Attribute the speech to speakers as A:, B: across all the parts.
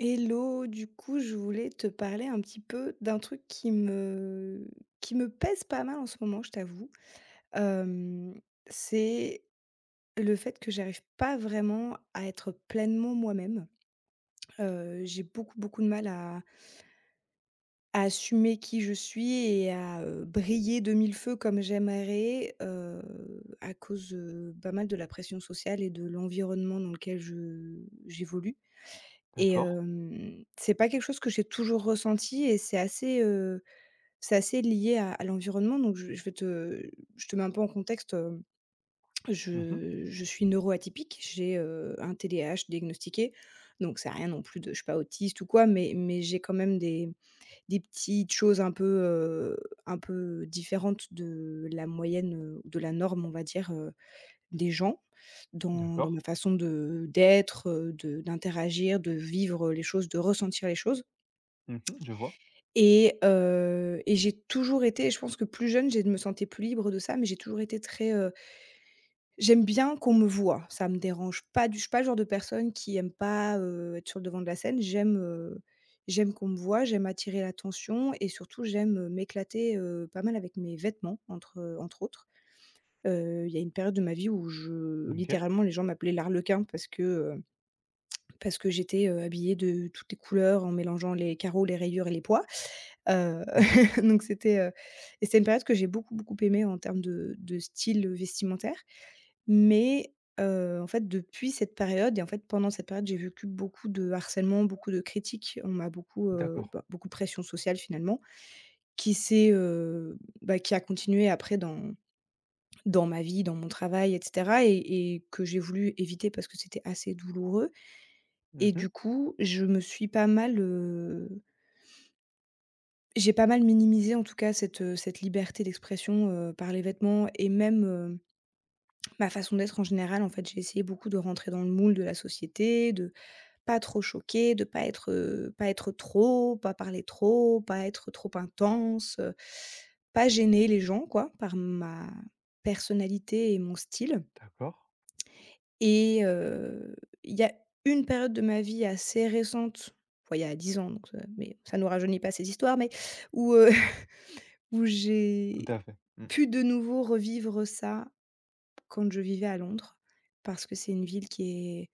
A: Hello, du coup, je voulais te parler un petit peu d'un truc qui me pèse pas mal en ce moment, je t'avoue. Hem, c'est le fait que j'arrive pas vraiment à être pleinement moi-même. J'ai beaucoup, beaucoup de mal à assumer qui je suis et à, briller de mille feux comme j'aimerais, à cause, pas mal de la pression sociale et de l'environnement dans lequel je j'évolue. Et
B: D'accord.
A: c'est pas quelque chose que j'ai toujours ressenti et c'est assez lié à l'environnement donc je te mets un peu en contexte,
B: Mmh.
A: je suis neuroatypique, j'ai, un TDAH diagnostiqué donc c'est rien non plus de je suis pas autiste ou quoi mais j'ai quand même des petites choses un peu différentes de la moyenne, de la norme on va dire, des gens. Dans
B: D'accord.
A: ma façon de d'être, de d'interagir, de vivre les choses, de ressentir les choses
B: Mmh. Je vois.
A: et j'ai toujours été, je pense que plus jeune, j'ai je me sentais plus libre de ça, mais j'ai toujours été très, j'aime bien qu'on me voit, ça me dérange pas du je suis pas le genre de personne qui aime pas, être sur le devant de la scène. J'aime, j'aime qu'on me voit, j'aime attirer l'attention et surtout j'aime, m'éclater, pas mal avec mes vêtements entre autres. Il y a une période de ma vie où je
B: OK.
A: littéralement les gens m'appelaient l'arlequin parce que j'étais, habillée de toutes les couleurs en mélangeant les carreaux, les rayures et les pois. Heu,
B: Mmh.
A: donc c'était, heu et c'était une période que j'ai beaucoup, beaucoup aimée en termes de style vestimentaire. Mais, en fait, depuis cette période, et en fait, pendant cette période, j'ai vécu beaucoup de harcèlement, beaucoup de critiques. On m'a beaucoup,
B: D'accord.
A: bah, beaucoup de pression sociale, finalement, qui s'est, bah, qui a continué après dans dans ma vie, dans mon travail, et cetera, et que j'ai voulu éviter parce que c'était assez douloureux. Et
B: Mmh.
A: du coup, je me suis pas mal, j'ai pas mal minimisé en tout cas cette, cette liberté d'expression, par les vêtements, et même, ma façon d'être en général. En fait, j'ai essayé beaucoup de rentrer dans le moule de la société, de pas trop choquer, de pas être, pas être trop, pas parler trop, pas être trop intense, pas gêner les gens, quoi, par ma personnalité et mon style.
B: D'accord.
A: Et il y a une période de ma vie assez récente, enfin il y a 10 ans donc mais ça ne nous rajeunit pas ces histoires, mais où, où
B: Tout à
A: j'ai
B: fait. Mmh.
A: pu de nouveau revivre ça quand je vivais à Londres. Parce que c'est une ville qui est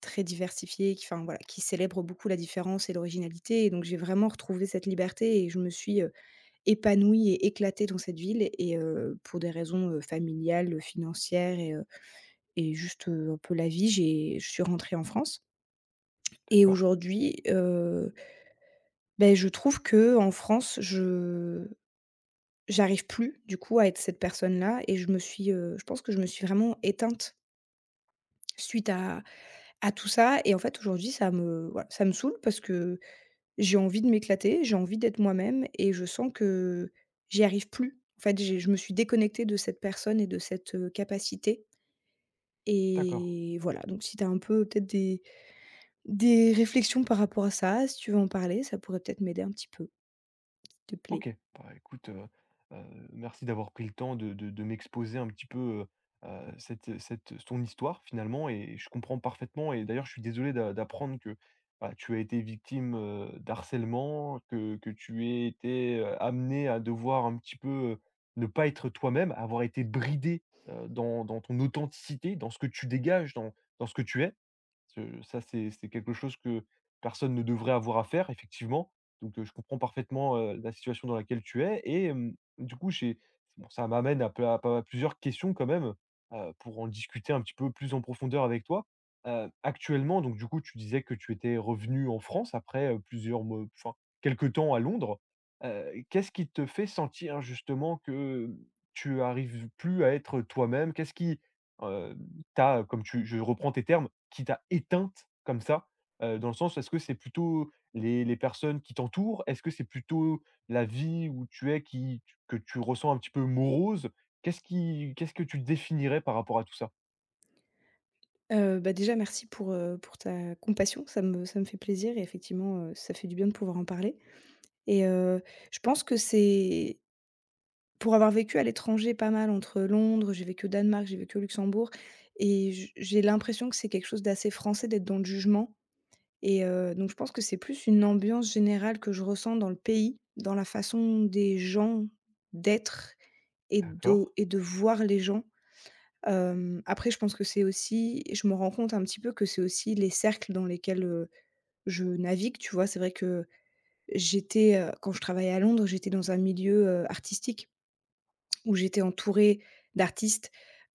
A: très diversifiée, qui, enfin voilà, qui célèbre beaucoup la différence et l'originalité, et donc j'ai vraiment retrouvé cette liberté et je me suis, épanouie et éclatée dans cette ville, et pour des raisons, familiales, financières, et juste, un peu la vie, j'ai je suis rentrée en France. Et
B: D'accord.
A: aujourd'hui, beh, je trouve qu'en France, je j'arrive plus du coup à être cette personne-là, et je me suis, je pense que je me suis vraiment éteinte suite à tout ça, et en fait aujourd'hui ça me, voilà, ça me saoule parce que j'ai envie de m'éclater, j'ai envie d'être moi-même et je sens que j'y arrive plus. En fait, j'ai je me suis déconnectée de cette personne et de cette, capacité
B: D'accord.
A: et voilà, donc si tu as un peu peut-être des réflexions par rapport à ça, si tu veux en parler, ça pourrait peut-être m'aider un petit peu, s'il te plaît.
B: OK. Bah, écoute, merci d'avoir pris le temps de m'exposer un petit peu, cette, ton histoire finalement et je comprends parfaitement et d'ailleurs je suis désolé d'apprendre que, bah, tu as été victime, d'harcèlement, que tu aies été, amenée à devoir un petit peu, ne pas être toi-même, avoir été bridé dans ton authenticité, dans ce que tu dégages, dans dans ce que tu es. Ce Ça, c'est quelque chose que personne ne devrait avoir à faire, effectivement. Donc, je comprends parfaitement, la situation dans laquelle tu es et du coup, j'ai bon, ça m'amène à pla à pas- à plusieurs questions quand même, pour en discuter un petit peu plus en profondeur avec toi. Actuellement, donc du coup, tu disais que tu étais revenu en France après, plusieurs me enfin, quelques temps à Londres. Qu'est-ce qui te fait sentir justement que, tu arrives plus à être toi-même? Qu'est-ce qui, comme tu je reprends tes termes, qui t'a éteinte comme ça? Dans le sens, est-ce que c'est plutôt les personnes qui t'entourent? Est-ce que c'est plutôt la vie où tu es qui que tu ressens un petit peu morose? Qu'est-ce qui qu'est-ce que tu définirais par rapport à tout ça?
A: Bah, déjà merci pour ta compassion, ça me fait plaisir, et effectivement, ça fait du bien de pouvoir en parler, et je pense que c'est, pour avoir vécu à l'étranger pas mal, entre Londres, j'ai vécu au Danemark, j'ai vécu au Luxembourg, et j'ai l'impression que c'est quelque chose d'assez français d'être dans le jugement, et donc je pense que c'est plus une ambiance générale que je ressens dans le pays, dans la façon des gens d'être
B: D'accord.
A: et de voir les gens. Après je pense que c'est aussi, je me rends compte un petit peu que c'est aussi les cercles dans lesquels, je navigue, tu vois? C'est vrai que j'étais, quand je travaillais à Londres, j'étais dans un milieu, artistique, où j'étais entourée d'artistes,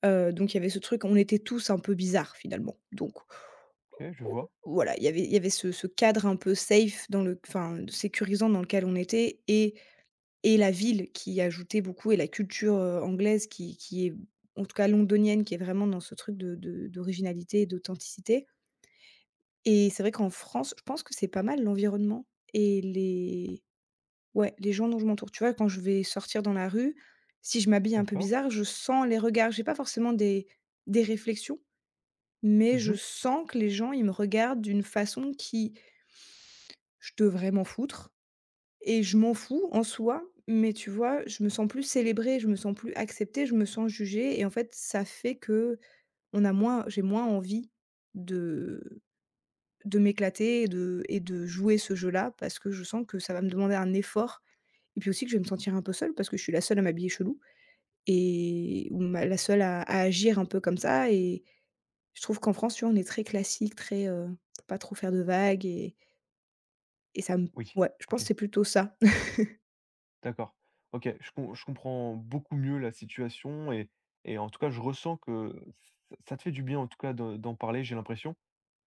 A: donc il y avait ce truc, on était tous un peu bizarres finalement, donc
B: OK, je
A: o
B: vois.
A: voilà, il y avait ce cadre un peu safe dans le, enfin sécurisant, dans lequel on était, et la ville qui ajoutait beaucoup, et la culture, anglaise, qui est en tout cas londonienne, qui est vraiment dans ce truc de d'originalité et d'authenticité. Et c'est vrai qu'en France, je pense que c'est pas mal l'environnement et les, ouais, les gens dont je m'entoure. Tu vois, quand je vais sortir dans la rue, si je m'habille un peu
B: D'accord.
A: bizarre, je sens les regards. J'ai pas forcément des réflexions, mais je
B: Mmh.
A: sens que les gens, ils me regardent d'une façon qui, je devrais m'en foutre. Et je m'en fous en soi, mais tu vois, je me sens plus célébrée, je me sens plus acceptée, je me sens jugée, et en fait, ça fait que on a moins j'ai moins envie de de m'éclater et de jouer ce jeu-là, parce que je sens que ça va me demander un effort, et puis aussi que je vais me sentir un peu seule parce que je suis la seule à m'habiller chelou, et ou ma la seule à agir un peu comme ça, et je trouve qu'en France, tu vois, on est très classique, très, pas trop faire de vagues, et ça me
B: Oui,
A: ouais, je pense que
B: OK,
A: c'est plutôt ça.
B: d'accord. OK, je comprends beaucoup mieux la situation et en tout cas, je ressens que ç ça te fait du bien, en tout cas, de d'en parler, j'ai l'impression.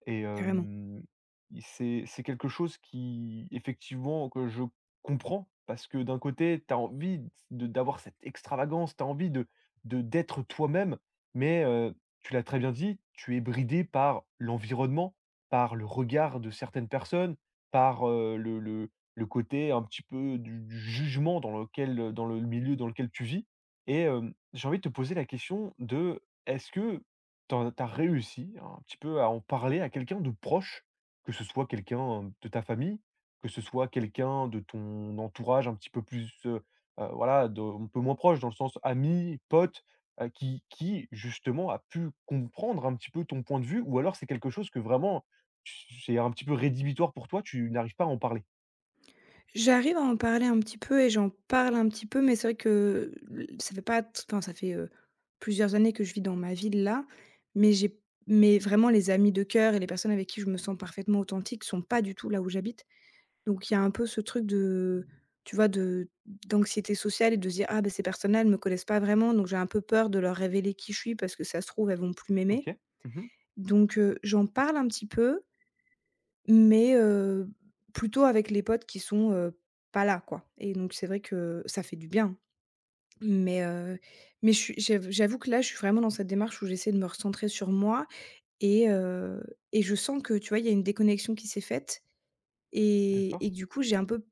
B: Et
A: Carrément.
B: il c'est quelque chose qui effectivement que je comprends parce que d'un côté, tu as envie de d'avoir cette extravagance, tu as envie de d'être toi-même, mais tu l'as très bien dit, tu es bridé par l'environnement, par le regard de certaines personnes, par, le côté un petit peu du jugement dans le milieu dans lequel tu vis et j'ai envie de te poser la question de est-ce que tu en réussi un petit peu à en parler à quelqu'un de proche, que ce soit quelqu'un, de ta famille, que ce soit quelqu'un de ton entourage un petit peu plus, voilà, de un peu moins proche, dans le sens ami, pote, qui justement a pu comprendre un petit peu ton point de vue ou alors c'est quelque chose que vraiment tu c'est un petit peu rédhibitoire pour toi, tu n'arrives pas à en parler?
A: J'arrive à en parler un petit peu et j'en parle un petit peu, mais c'est vrai que l ça fait pas t enfin ça fait, plusieurs années que je vis dans ma ville là, mais j'ai mais vraiment les amis de cœur et les personnes avec qui je me sens parfaitement authentique sont pas du tout là où j'habite. Donc il y a un peu ce truc de, tu vois, de d'anxiété sociale et de se dire: «Ah ben ces personnes-là, elles me connaissent pas vraiment, donc j'ai un peu peur de leur révéler qui je suis parce que ça se trouve, elles vont plus m'aimer».
B: OK. Mmh.
A: Donc j'en parle un petit peu, mais heu, plutôt avec les potes qui sont, pas là, quoi, et donc c'est vrai que ça fait du bien, hein. mais heu, mais je suis j'av j'avoue que là, je suis vraiment dans cette démarche où j'essaie de me recentrer sur moi, et heu et je sens que, tu vois, il y a une déconnexion qui s'est faite,
B: D'accord.
A: et que du coup, j'ai un peu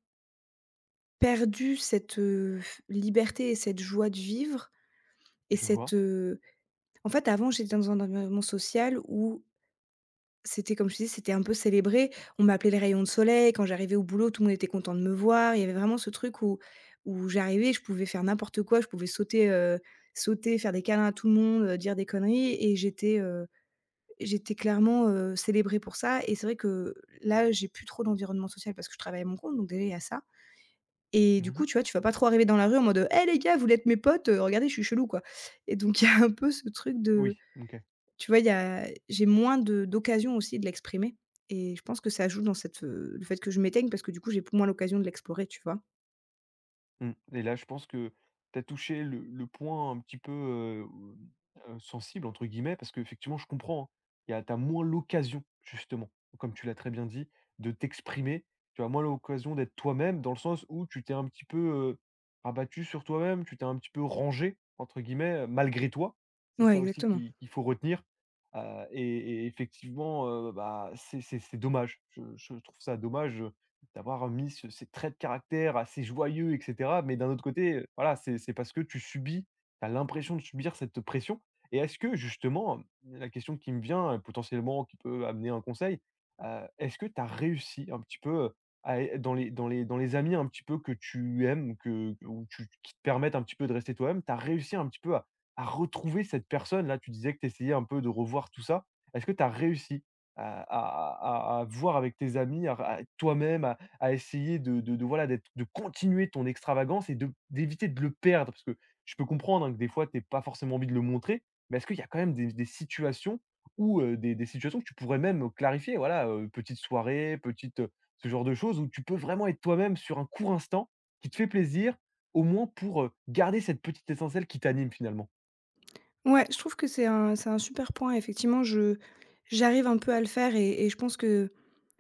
A: perdu cette, f liberté et cette joie de vivre, et
B: Je
A: cette,
B: vois.
A: heu en fait, avant, j'étais dans un environnement social où, c'était comme je te disais, c'était un peu célébré. On m'appelait les rayons de soleil. Quand j'arrivais au boulot, tout le monde était content de me voir. Il y avait vraiment ce truc où, où j'arrivais, je pouvais faire n'importe quoi, je pouvais sauter, faire des câlins à tout le monde, dire des conneries, et j'étais, j'étais clairement, célébrée pour ça, et c'est vrai que là, j'ai plus trop d'environnement social parce que je travaille à mon compte, donc déjà il y a ça, et du coup,
B: Mmh.
A: tu vois, tu vas pas trop arriver dans la rue en mode: «Eh les gars, vous voulez être mes potes? Regardez, je suis chelou, quoi», et donc il y a un peu ce truc de,
B: Oui, OK.
A: tu vois, il y a j'ai moins de d'occasions aussi de l'exprimer, et je pense que ça joue dans cette, le fait que je m'éteigne parce que du coup, j'ai moins l'occasion de l'explorer, tu vois?
B: Mmh, et là, je pense que tu as touché le point un petit peu, «sensible» entre guillemets parce qu'effectivement je comprends, hein. Il y a tu as moins l'occasion justement, comme tu l'as très bien dit, de t'exprimer. Tu as moins l'occasion d'être toi-même dans le sens où tu t'es un petit peu, rabattu sur toi-même, tu t'es un petit peu «rangé» entre guillemets, malgré toi. C'est
A: Ouais,
B: ça aussi
A: exactement.
B: qui qu'il faut retenir, et effectivement, bah, c'est dommage. Je trouve ça dommage, d'avoir mis ce ces traits de caractère assez joyeux et cetera. Mais d'un autre côté, voilà, c'est parce que tu subis, tu as l'impression de subir cette pression et est-ce que justement, la question qui me vient, potentiellement qui peut amener un conseil, est-ce que tu as réussi un petit peu, à é dans les dans les amis un petit peu que tu aimes, que ou tu qui te permettent un petit peu de rester toi-même, tu as réussi un petit peu à retrouver cette personne? Là, tu disais que tu essayais un peu de revoir tout ça. Est-ce que tu as réussi à à à voir avec tes amis, à toi-même, à essayer de voilà, d'être de continuer ton extravagance et de d'éviter de le perdre? Parce que je peux comprendre, hein, que des fois, tu aies pas forcément envie de le montrer, mais est-ce qu'il y a quand même des situations ou des situations que tu pourrais même clarifier? Voilà, petite soirée, petite, ce genre de choses où tu peux vraiment être toi-même sur un court instant qui te fait plaisir, au moins pour, garder cette petite essentielle qui t'anime finalement.
A: Ouais, je trouve que c'est un super point, effectivement, je j'arrive un peu à le faire,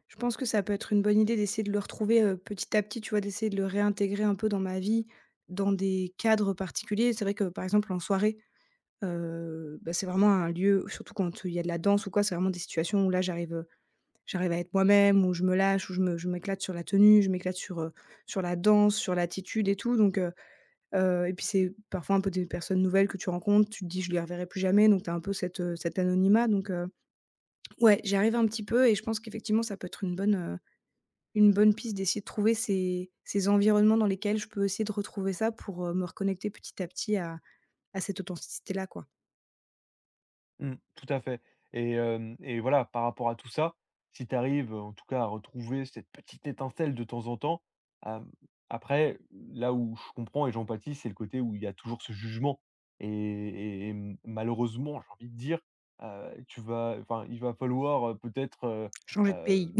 A: je pense que ça peut être une bonne idée d'essayer de le retrouver, petit à petit, tu vois? D'essayer de le réintégrer un peu dans ma vie, dans des cadres particuliers. C'est vrai que, par exemple, en soirée, bah, c'est vraiment un lieu, surtout quand il y a de la danse ou quoi, c'est vraiment des situations où là, j'arrive à être moi-même, où je me lâche, où je m'éclate sur la tenue, je m'éclate sur, sur la danse, sur l'attitude et tout, et puis c'est parfois un peu des personnes nouvelles que tu rencontres, tu te dis: «Je les reverrai plus jamais», donc tu as un peu cette, cet anonymat, ouais, j'y arrive un petit peu, et je pense qu'effectivement ça peut être une bonne piste d'essayer de trouver ces environnements dans lesquels je peux essayer de retrouver ça pour, me reconnecter petit à petit à cette authenticité-là, quoi.
B: Mmh, tout à fait et hem et voilà, par rapport à tout ça, si tu arrives, en tout cas, à retrouver cette petite étincelle de temps en temps, hem, après, là où je comprends et j'empathie, c'est le côté où il y a toujours ce jugement et m malheureusement, j'ai envie de dire, tu vas enfin, il va falloir, peut-être,
A: Changer de pays.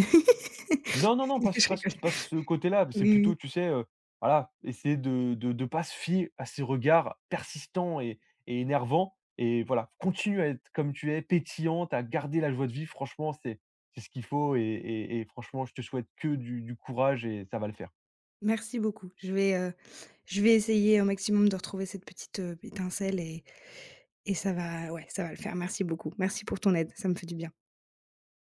B: non, non, non,
A: Je rigole.
B: pas de ce côté-là, c'est
A: Oui,
B: plutôt,
A: oui.
B: tu sais, voilà, essayer de pas se fier à ces regards persistants et énervants et voilà, continue à être comme tu es, pétillante, à garder la joie de vivre, franchement, c'est ce qu'il faut et franchement, je te souhaite que du courage et ça va le faire.
A: Merci beaucoup. Je vais essayer un maximum de retrouver cette petite, étincelle, et ça va ouais, ça va le faire. Merci beaucoup. Merci pour ton aide, ça me fait du bien.